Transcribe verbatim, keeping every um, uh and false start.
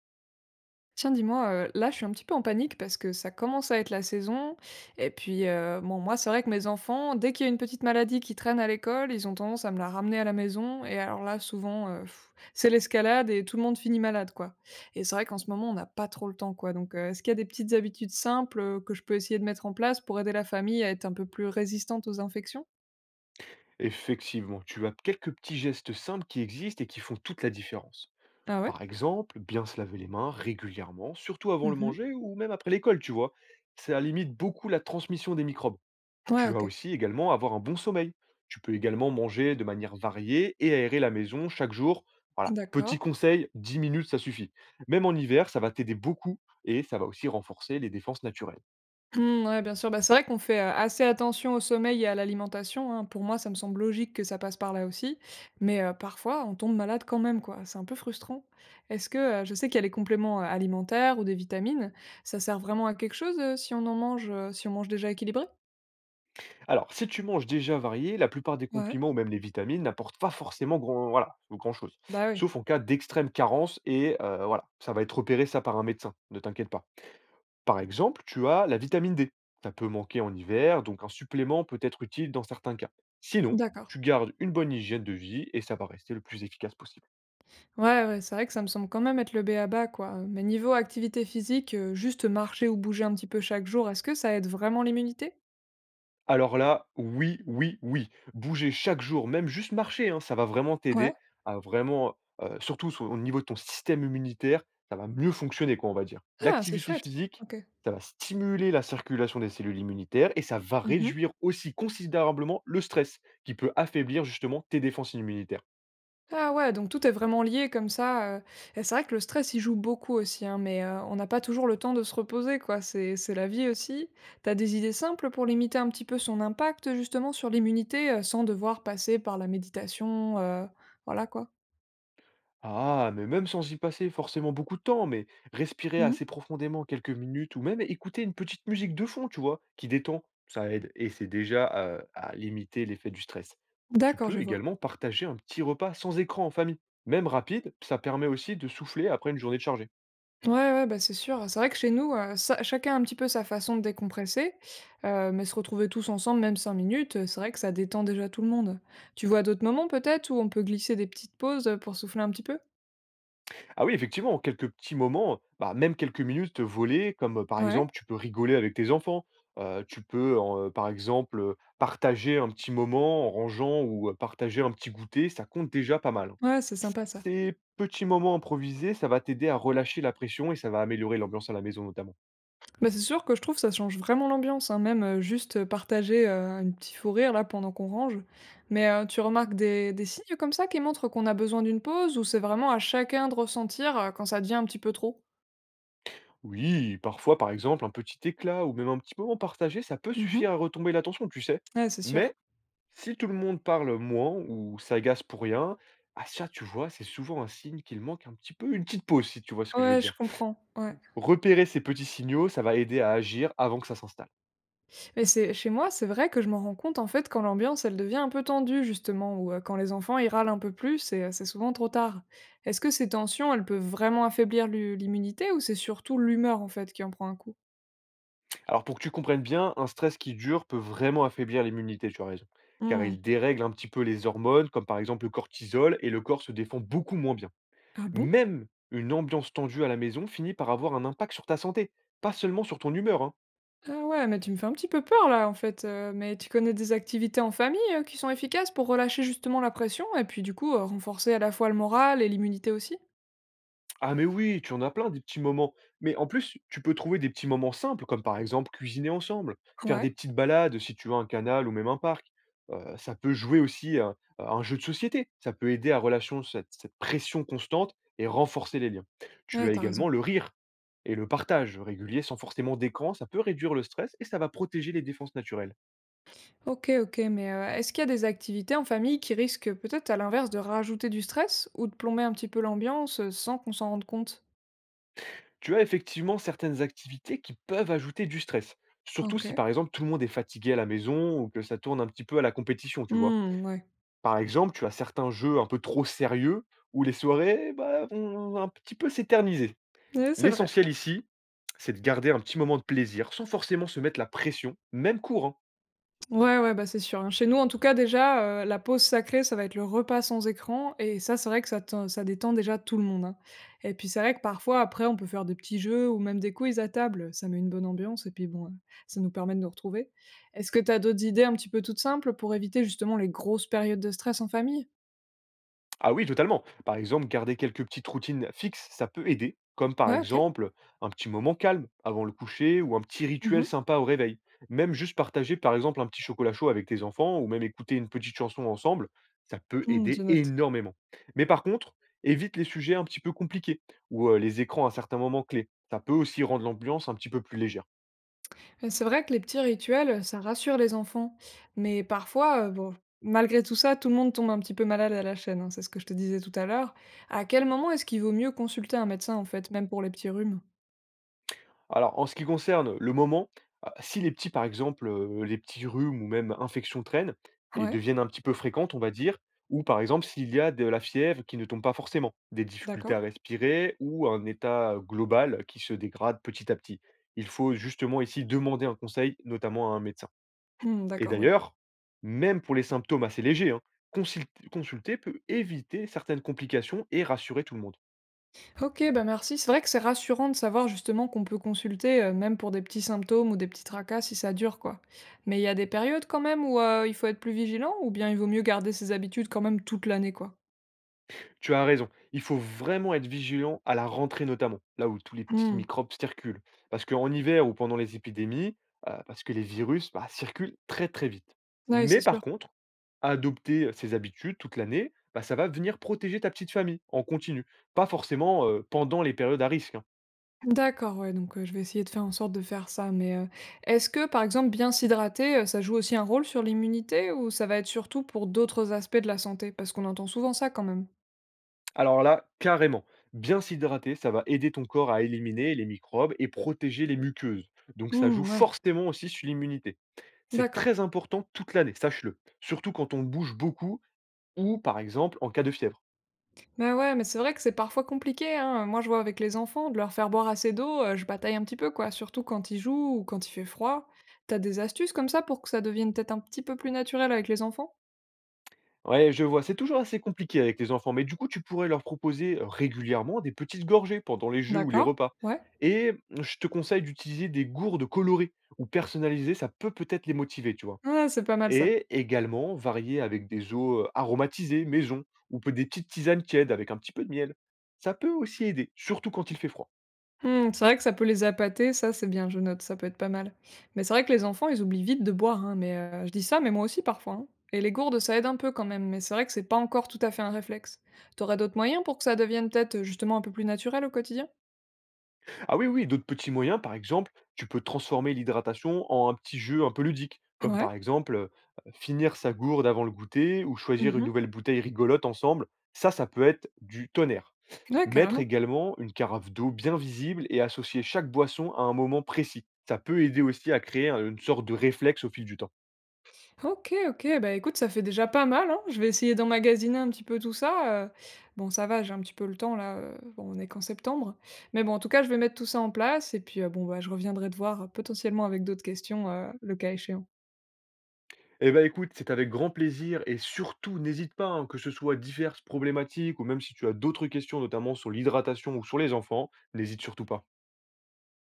Tiens, dis-moi, heu, là, je suis un petit peu en panique parce que ça commence à être la saison et puis, heu, bon, moi, c'est vrai que mes enfants, dès qu'il y a une petite maladie qui traîne à l'école, ils ont tendance à me la ramener à la maison et alors là, souvent, heu, c'est l'escalade et tout le monde finit malade, quoi, et c'est vrai qu'en ce moment, on n'a pas trop le temps, quoi, donc heu, est-ce qu'il y a des petites habitudes simples, heu, que je peux essayer de mettre en place pour aider la famille à être un peu plus résistante aux infections? Effectivement, tu as quelques petits gestes simples qui existent et qui font toute la différence. Ah ouais? Par exemple, bien se laver les mains régulièrement, surtout avant le Mmh. manger ou même après l'école, tu vois. Ça limite beaucoup la transmission des microbes. Ouais, Tu vas OK. aussi également avoir un bon sommeil. Tu peux également manger de manière variée et aérer la maison chaque jour. Voilà, petit D'accord. conseil, dix minutes, ça suffit. Même en hiver, ça va t'aider beaucoup et ça va aussi renforcer les défenses naturelles. Mmh, ouais, bien sûr. Bah, c'est vrai qu'on fait, heu, assez attention au sommeil et à l'alimentation, hein. Pour moi, ça me semble logique que ça passe par là aussi, mais heu, parfois, on tombe malade quand même, quoi. C'est un peu frustrant. Est-ce que, heu, je sais qu'il y a les compléments, heu, alimentaires ou des vitamines, ça sert vraiment à quelque chose, heu, si on en mange, heu, si on mange déjà équilibré? Alors, si tu manges déjà varié, la plupart des Ouais. compliments ou même les vitamines n'apportent pas forcément grand, voilà, grand-chose. Bah, oui. Sauf en cas d'extrême carence et euh, voilà, ça va être repéré ça par un médecin, ne t'inquiète pas. Par exemple, tu as la vitamine D. Ça peut manquer en hiver, donc un supplément peut être utile dans certains cas. Sinon, D'accord. tu gardes une bonne hygiène de vie et ça va rester le plus efficace possible. Ouais, ouais, c'est vrai que ça me semble quand même être le ba quoi, mais niveau activité physique, heu, juste marcher ou bouger un petit peu chaque jour, est-ce que ça aide vraiment l'immunité? Alors là, oui, oui, oui. Bouger chaque jour, même juste marcher, hein, ça va vraiment Ouais. t'aider à vraiment, heu, surtout sur au niveau de ton système immunitaire, ça va mieux fonctionner quoi, on va dire. Ah, c'est L'activité chouette. physique, OK. ça va stimuler la circulation des cellules immunitaires et ça va Mmh. réduire aussi considérablement le stress qui peut affaiblir justement tes défenses immunitaires. Ah ouais, donc tout est vraiment lié comme ça, heu et c'est vrai que le stress, il joue beaucoup aussi, hein, mais heu, on n'a pas toujours le temps de se reposer, quoi. C'est c'est la vie aussi. T'as des idées simples pour limiter un petit peu son impact, justement, sur l'immunité, heu, sans devoir passer par la méditation, heu, voilà, quoi? Ah, mais même sans y passer forcément beaucoup de temps, mais respirer Mmh. assez profondément quelques minutes ou même écouter une petite musique de fond, tu vois, qui détend, ça aide et c'est déjà euh, à limiter l'effet du stress. Tu D'accord, je peux vois. également partager un petit repas sans écran en famille, même rapide, ça permet aussi de souffler après une journée de chargée. Ouais, ouais, bah, c'est sûr. C'est vrai que chez nous, heu, ça chacun a un petit peu sa façon de décompresser, heu, mais se retrouver tous ensemble, même cinq minutes, heu, c'est vrai que ça détend déjà tout le monde. Tu vois d'autres moments peut-être où on peut glisser des petites pauses, heu, pour souffler un petit peu? Ah oui, effectivement, quelques petits moments, bah, même quelques minutes volées, comme euh, par Ouais. exemple, tu peux rigoler avec tes enfants, euh, tu peux, en, euh, par exemple, euh, partager un petit moment en rangeant ou euh, partager un petit goûter, ça compte déjà pas mal. Ouais, c'est sympa ça. Ces petits moments improvisés, ça va t'aider à relâcher la pression et ça va améliorer l'ambiance à la maison notamment. Bah, c'est sûr que je trouve que ça change vraiment l'ambiance, hein, même euh, juste euh, partager euh, un petit fou rire là pendant qu'on range. Mais euh, tu remarques des, des signes comme ça qui montrent qu'on a besoin d'une pause ou c'est vraiment à chacun de ressentir euh, quand ça devient un petit peu trop? Oui, parfois, par exemple, un petit éclat ou même un petit moment partagé, ça peut Mhm. suffire à retomber l'attention, tu sais. Ouais, c'est sûr. Mais Si tout le monde parle moins ou s'agace pour rien, ah ça, tu vois, c'est souvent un signe qu'il manque un petit peu une petite pause, si tu vois ce que je veux Ouais, je dire. comprends. Ouais. Repérer ces petits signaux, ça va aider à agir avant que ça s'installe. Mais c'est chez moi, c'est vrai que je m'en rends compte en fait quand l'ambiance elle devient un peu tendue justement ou euh, quand les enfants ils râlent un peu plus et euh, c'est souvent trop tard. Est-ce que ces tensions, elles peuvent vraiment affaiblir l'hu- l'immunité ou c'est surtout l'humeur en fait qui en prend un coup? Alors pour que tu comprennes bien, un stress qui dure peut vraiment affaiblir l'immunité, tu as raison, car il dérègle un petit peu les hormones, comme par exemple le cortisol, et le corps se défend beaucoup moins bien. Ah bon? Même une ambiance tendue à la maison finit par avoir un impact sur ta santé, pas seulement sur ton humeur, hein. Ah ouais, mais tu me fais un petit peu peur là en fait, heu, mais tu connais des activités en famille, heu, qui sont efficaces pour relâcher justement la pression et puis du coup, heu, renforcer à la fois le moral et l'immunité aussi? Ah mais oui, tu en as plein des petits moments. Mais en plus, tu peux trouver des petits moments simples, comme par exemple cuisiner ensemble, faire Ouais, des petites balades si tu as un canal ou même un parc. Euh, ça peut jouer aussi à, à un jeu de société. Ça peut aider à relâcher cette, cette pression constante et renforcer les liens. Tu ouais, as tu raison. également le rire et le partage régulier sans forcément d'écran. Ça peut réduire le stress et ça va protéger les défenses naturelles. OK, OK, mais, heu, est-ce qu'il y a des activités en famille qui risquent peut-être à l'inverse de rajouter du stress ou de plomber un petit peu l'ambiance, heu, sans qu'on s'en rende compte? Tu as effectivement certaines activités qui peuvent ajouter du stress. Surtout si OK. par exemple tout le monde est fatigué à la maison ou que ça tourne un petit peu à la compétition, tu vois. Hmm, ouais. Par exemple, tu as certains jeux un peu trop sérieux où les soirées, bah, vont un petit peu s'éterniser. Ouais, c'est vrai. L'essentiel ici, c'est de garder un petit moment de plaisir sans forcément se mettre la pression, même court, hein. Ouais, ouais, bah, c'est sûr, hein. Chez nous, en tout cas, déjà, heu, la pause sacrée, ça va être le repas sans écran et ça, c'est vrai que ça te ça détend déjà tout le monde, hein, et puis, c'est vrai que parfois, après, on peut faire des petits jeux ou même des quiz à table. Ça met une bonne ambiance et puis, bon, heu, ça nous permet de nous retrouver. Est-ce que tu as d'autres idées un petit peu toutes simples pour éviter, justement, les grosses périodes de stress en famille? Ah oui, totalement. Par exemple, garder quelques petites routines fixes, ça peut aider, comme par Ouais, OK. exemple un petit moment calme avant le coucher ou un petit Mmh rituel mh. sympa au réveil. Même juste partager par exemple un petit chocolat chaud avec tes enfants ou même écouter une petite chanson ensemble, ça peut Mmh, je aider note. énormément. Mais par contre, évite les sujets un petit peu compliqués ou euh, les écrans à certains moments clés. Ça peut aussi rendre l'ambiance un petit peu plus légère. Heu, c'est vrai que les petits rituels, ça rassure les enfants, mais parfois, heu, bon, malgré tout ça, tout le monde tombe un petit peu malade à la chaîne, hein, c'est ce que je te disais tout à l'heure. À quel moment est-ce qu'il vaut mieux consulter un médecin, en fait, même pour les petits rhumes? Alors, en ce qui concerne le moment, ah, si les petits, par exemple, heu, les petits rhumes ou même infections traînent et Ouais, deviennent un petit peu fréquentes, on va dire, ou par exemple s'il y a de la fièvre qui ne tombe pas forcément, des difficultés à d'accord. respirer ou un état global qui se dégrade petit à petit. Il faut justement ici demander un conseil, notamment à un médecin. Mmh, Et d'accord, oui. d'ailleurs, même pour les symptômes assez légers, hein, consilte consulter peut éviter certaines complications et rassurer tout le monde. OK, bah, merci. C'est vrai que c'est rassurant de savoir justement qu'on peut consulter, heu, même pour des petits symptômes ou des petits tracas si ça dure, quoi. Mais il y a des périodes quand même où, heu, il faut être plus vigilant ou bien il vaut mieux garder ses habitudes quand même toute l'année, quoi? Tu as raison. Il faut vraiment être vigilant à la rentrée notamment, là où tous les petits Mmh. microbes circulent. Parce qu'en hiver ou pendant les épidémies, euh, parce que les virus bah, circulent très très vite. Ouais, c'est Mais par sûr. contre, adopter ces habitudes toute l'année, bah, ça va venir protéger ta petite famille en continu. Pas forcément euh, pendant les périodes à risque, hein. D'accord, ouais, donc heu, je vais essayer de faire en sorte de faire ça, mais heu, est-ce que, par exemple, bien s'hydrater, heu, ça joue aussi un rôle sur l'immunité ou ça va être surtout pour d'autres aspects de la santé? Parce qu'on entend souvent ça quand même. Alors là, carrément, bien s'hydrater, ça va aider ton corps à éliminer les microbes et protéger les muqueuses. Donc ça joue Mmh, ouais, forcément aussi sur l'immunité. C'est d'accord. très important toute l'année, sache-le. Surtout quand on bouge beaucoup ou par exemple en cas de fièvre. Bah, ouais, mais c'est vrai que c'est parfois compliqué, hein. Moi, je vois avec les enfants, de leur faire boire assez d'eau, heu, je bataille un petit peu, quoi, surtout quand ils jouent ou quand il fait froid. T'as des astuces comme ça pour que ça devienne peut-être un petit peu plus naturel avec les enfants? Ouais, je vois, c'est toujours assez compliqué avec les enfants, mais du coup tu pourrais leur proposer euh, régulièrement des petites gorgées pendant les jeux ou les D'accord, repas. ouais. Et mmh, je te conseille d'utiliser des gourdes colorées ou personnalisées, ça peut peut-être les motiver, tu vois. Ouais, c'est pas mal ça. Et également varier avec des eaux, heu, aromatisées maison ou peut des petites tisanes qui aident avec un petit peu de miel. Ça peut aussi aider, surtout quand il fait froid. Mmh, c'est vrai que ça peut les appâter, ça c'est bien, je note, ça peut être pas mal. Mais c'est vrai que les enfants, ils oublient vite de boire, hein, mais heu, je dis ça, mais moi aussi parfois, hein. Et les gourdes, ça aide un peu quand même, mais c'est vrai que c'est pas encore tout à fait un réflexe. T'aurais d'autres moyens pour que ça devienne peut-être, heu, justement un peu plus naturel au quotidien? Ah oui, oui, d'autres petits moyens, par exemple, tu peux transformer l'hydratation en un petit jeu un peu ludique, comme Ouais. par exemple, heu, finir sa gourde avant le goûter ou choisir une Mmh. nouvelle bouteille rigolote ensemble. Ça, ça peut être du tonnerre. Ouais, Mettre carrément. également une carafe d'eau bien visible et associer chaque boisson à un moment précis. Ça peut aider aussi à créer un une sorte de réflexe au fil du temps. OK, OK, bah, écoute, ça fait déjà pas mal, hein. Je vais essayer d'emmagasiner un petit peu tout ça, heu. Bon, ça va, j'ai un petit peu le temps là, heu, bon, on est qu'en septembre. Mais bon, en tout cas, je vais mettre tout ça en place et puis, heu, bon, bah, je reviendrai te voir, heu, potentiellement avec d'autres questions, heu, le cas échéant. Eh ben, écoute, c'est avec grand plaisir et surtout, n'hésite pas, hein, que ce soit diverses problématiques ou même si tu as d'autres questions, notamment sur l'hydratation ou sur les enfants, n'hésite surtout pas.